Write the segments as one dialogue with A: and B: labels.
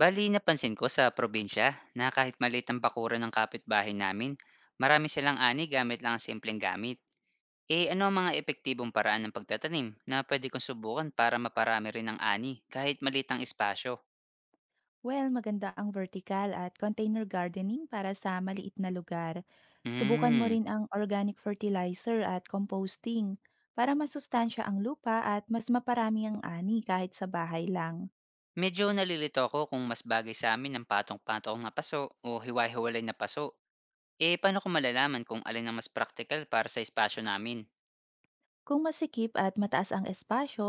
A: Bali, napansin ko sa probinsya na kahit maliit ang bakuran ng kapitbahay namin, marami silang ani gamit lang ang simpleng gamit. Eh ano ang mga epektibong paraan ng pagtatanim na pwede kong subukan para maparami rin ang ani kahit maliit ang espasyo?
B: Well, maganda ang vertical at container gardening para sa maliit na lugar. Subukan mo
A: Hmm,
B: rin ang organic fertilizer at composting para masustansya ang lupa at mas maparami ang ani kahit sa bahay lang.
A: medyo nalilito ako kung mas bagay sa amin ang patong-patong na paso o hiwa-hiwalay na paso. Eh paano ko malalaman kung alin ang mas practical para sa espasyo namin?
B: Kung masikip at mataas ang espasyo,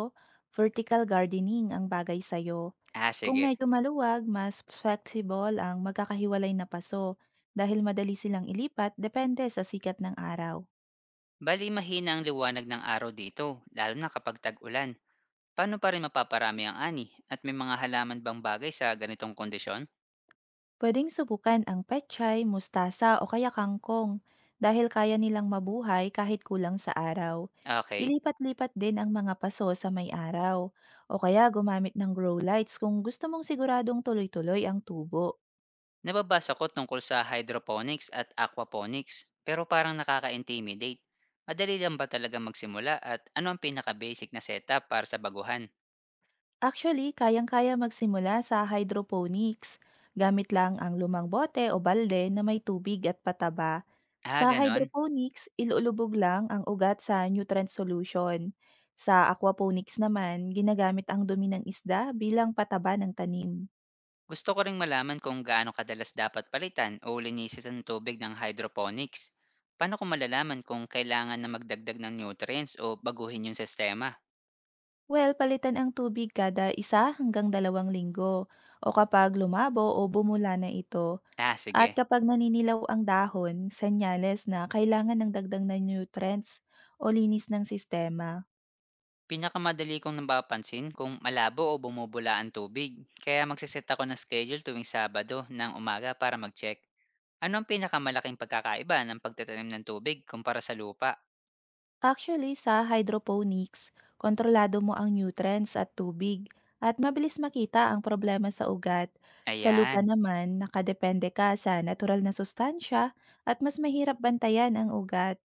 B: vertical gardening ang bagay sa'yo.
A: Ah,
B: Kung
A: sige,
B: medyo maluwag, mas flexible ang magkakahiwalay na paso dahil madali silang ilipat depende sa sikat ng araw.
A: bali mahina ang liwanag ng araw dito, lalo na kapag tag-ulan. Paano pa rin mapaparami ang ani at may mga halaman bang bagay sa ganitong kondisyon?
B: Pwedeng subukan ang pechay, mustasa o kaya kangkong dahil kaya nilang mabuhay kahit kulang sa araw.
A: Ah, okay,
B: Ilipat-lipat din ang mga paso sa may araw o kaya gumamit ng grow lights kung gusto mong siguradong tuloy-tuloy ang tubo.
A: nababasa ko tungkol sa hydroponics at aquaponics pero parang nakaka-intimidate. Madali lang ba talaga magsimula at ano ang pinaka-basic na setup para sa baguhan?
B: Actually, kayang-kaya magsimula sa hydroponics. Gamit lang ang lumang bote o balde na may tubig at pataba.
A: Ah,
B: Sa
A: ganon.
B: hydroponics, ilulubog lang ang ugat sa nutrient solution. Sa aquaponics naman, ginagamit ang dumi ng isda bilang pataba ng tanim.
A: Gusto ko ring malaman kung gaano kadalas dapat palitan o linisin ang tubig ng hydroponics. Paano ko malalaman kung kailangan na magdagdag ng nutrients o baguhin yung sistema?
B: Well, palitan ang tubig kada 1 hanggang 2 linggo o kapag lumabo o bumula na ito.
A: Ah,
B: At
A: sige.
B: kapag naninilaw ang dahon, senyales na kailangan ng dagdag na nutrients o linis ng sistema.
A: Pinakamadali kong napapansin kung malabo o bumubula ang tubig. Kaya magsiset ako ng schedule tuwing Sabado ng umaga para mag-check. Ano ang pinakamalaking pagkakaiba ng pagtatanim ng tubig kumpara sa lupa?
B: Actually, sa hydroponics, kontrolado mo ang nutrients at tubig at mabilis makita ang problema sa ugat. Sa lupa
A: Ayan.
B: naman, nakadepende ka sa natural na sustansya at mas mahirap bantayan ang ugat.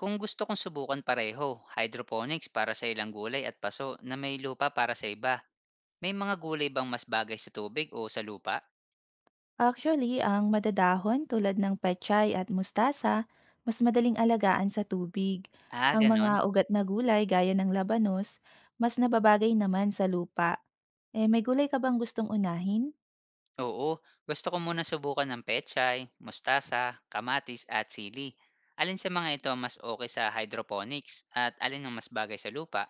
A: Kung gusto kong subukan pareho, hydroponics para sa ilang gulay at paso na may lupa para sa iba, may mga gulay bang mas bagay sa tubig o sa lupa?
B: Actually, ang madadahon tulad ng pechay at mustasa, mas madaling alagaan sa tubig.
A: Ah,
B: Ang mga
A: ganon.
B: ugat na gulay gaya ng labanos, mas nababagay naman sa lupa. Eh, may gulay ka bang gustong unahin?
A: Oo, gusto ko muna subukan ng pechay, mustasa, kamatis at sili. Alin sa mga ito ang mas okay sa hydroponics at alin ang mas bagay sa lupa?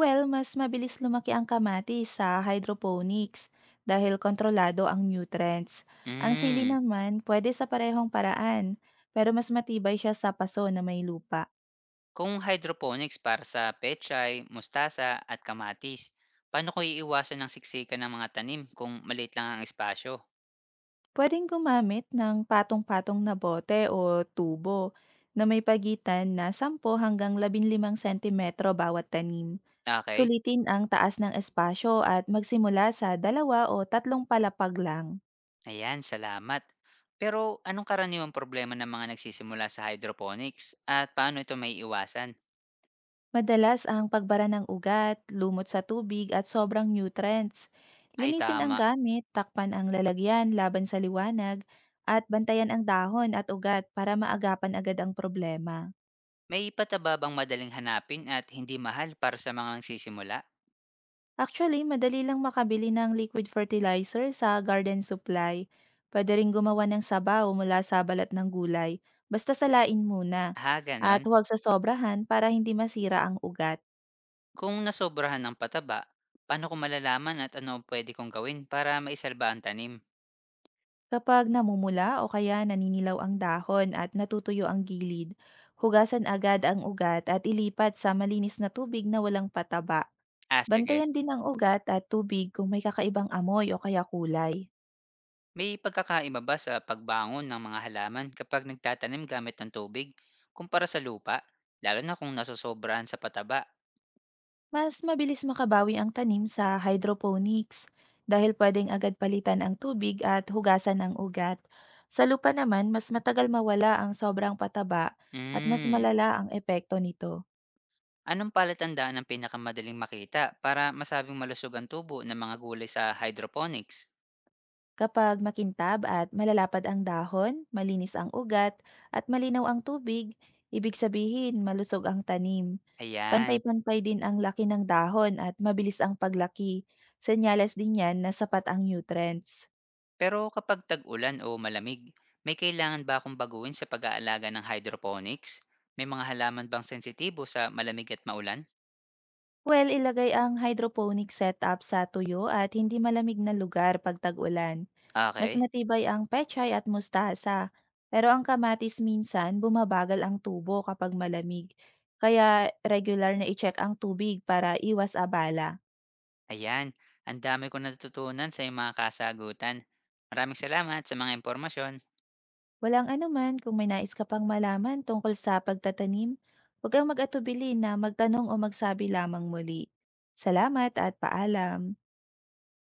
B: Well, mas mabilis lumaki ang kamatis sa hydroponics dahil kontrolado ang nutrients. Ang sili
A: Mm,
B: naman, pwede sa parehong paraan, pero mas matibay siya sa paso na may lupa.
A: kung hydroponics para sa pechay, mustasa at kamatis, paano ko iiwasan ng siksikan ng mga tanim kung maliit lang ang espasyo?
B: Puwedeng gumamit ng patong-patong na bote o tubo na may pagitan na 10 hanggang 15 sentimetro bawat tanim.
A: Okay,
B: Sulitin ang taas ng espasyo at magsimula sa 2 o 3 palapag lang.
A: ayan, salamat. Pero anong karaniwang problema ng mga nagsisimula sa hydroponics at paano ito may iwasan?
B: Madalas ang pagbara ng ugat, lumot sa tubig at sobrang nutrients.
A: Ay,
B: Linisin ang
A: tama.
B: gamit, takpan ang lalagyan laban sa liwanag, at bantayan ang dahon at ugat para maagapan agad ang problema.
A: May pataba bang madaling hanapin at hindi mahal para sa mga nagsisimula?
B: Actually, madali lang makabili ng liquid fertilizer sa garden supply. Pwede rin gumawa ng sabaw mula sa balat ng gulay. Basta salain muna.
A: Ha,
B: At
A: gano'n.
B: huwag sasobrahan para hindi masira ang ugat.
A: Kung nasobrahan ng pataba, paano ko malalaman at ano ang pwede kong gawin para maisalba ang tanim?
B: Kapag namumula o kaya naninilaw ang dahon at natutuyo ang gilid, hugasan agad ang ugat at ilipat sa malinis na tubig na walang pataba.
A: Ah, sige.
B: Bantayan din ang ugat at tubig kung may kakaibang amoy o kaya kulay.
A: May pagkakaiba ba sa pagbangon ng mga halaman kapag nagtatanim gamit ng tubig kumpara sa lupa, lalo na kung nasosobrahan sa pataba?
B: Mas mabilis makabawi ang tanim sa hydroponics dahil pwedeng agad palitan ang tubig at hugasan ang ugat. Sa lupa naman, mas matagal mawala ang sobrang pataba at mas
A: Hmm.
B: malala ang epekto nito.
A: Anong palatandaan ang pinakamadaling makita para masabing malusog ang tubo ng mga gulay sa hydroponics?
B: Kapag makintab at malalapad ang dahon, malinis ang ugat at malinaw ang tubig, ibig sabihin malusog ang tanim.
A: Ayan.
B: Pantay-pantay din ang laki ng dahon at mabilis ang paglaki. Senyales din yan na sapat ang nutrients.
A: Pero kapag tag-ulan o malamig, may kailangan ba akong baguhin sa pag-aalaga ng hydroponics? May mga halaman bang sensitibo sa malamig at maulan?
B: Well, ilagay ang hydroponic setup sa tuyo at hindi malamig na lugar pag tag-ulan. Mas
A: Okay.
B: matibay ang pechay at mustasa. Pero ang kamatis minsan bumabagal ang tubo kapag malamig. Kaya regular na i-check ang tubig para iwas abala.
A: Ayan, ang dami ko natutunan sa iyong mga kasagutan. Maraming salamat sa mga impormasyon.
B: Walang anuman kung may nais ka pang malaman tungkol sa pagtatanim, huwag kang mag-atubili na magtanong o magsabi lamang muli. Salamat at paalam.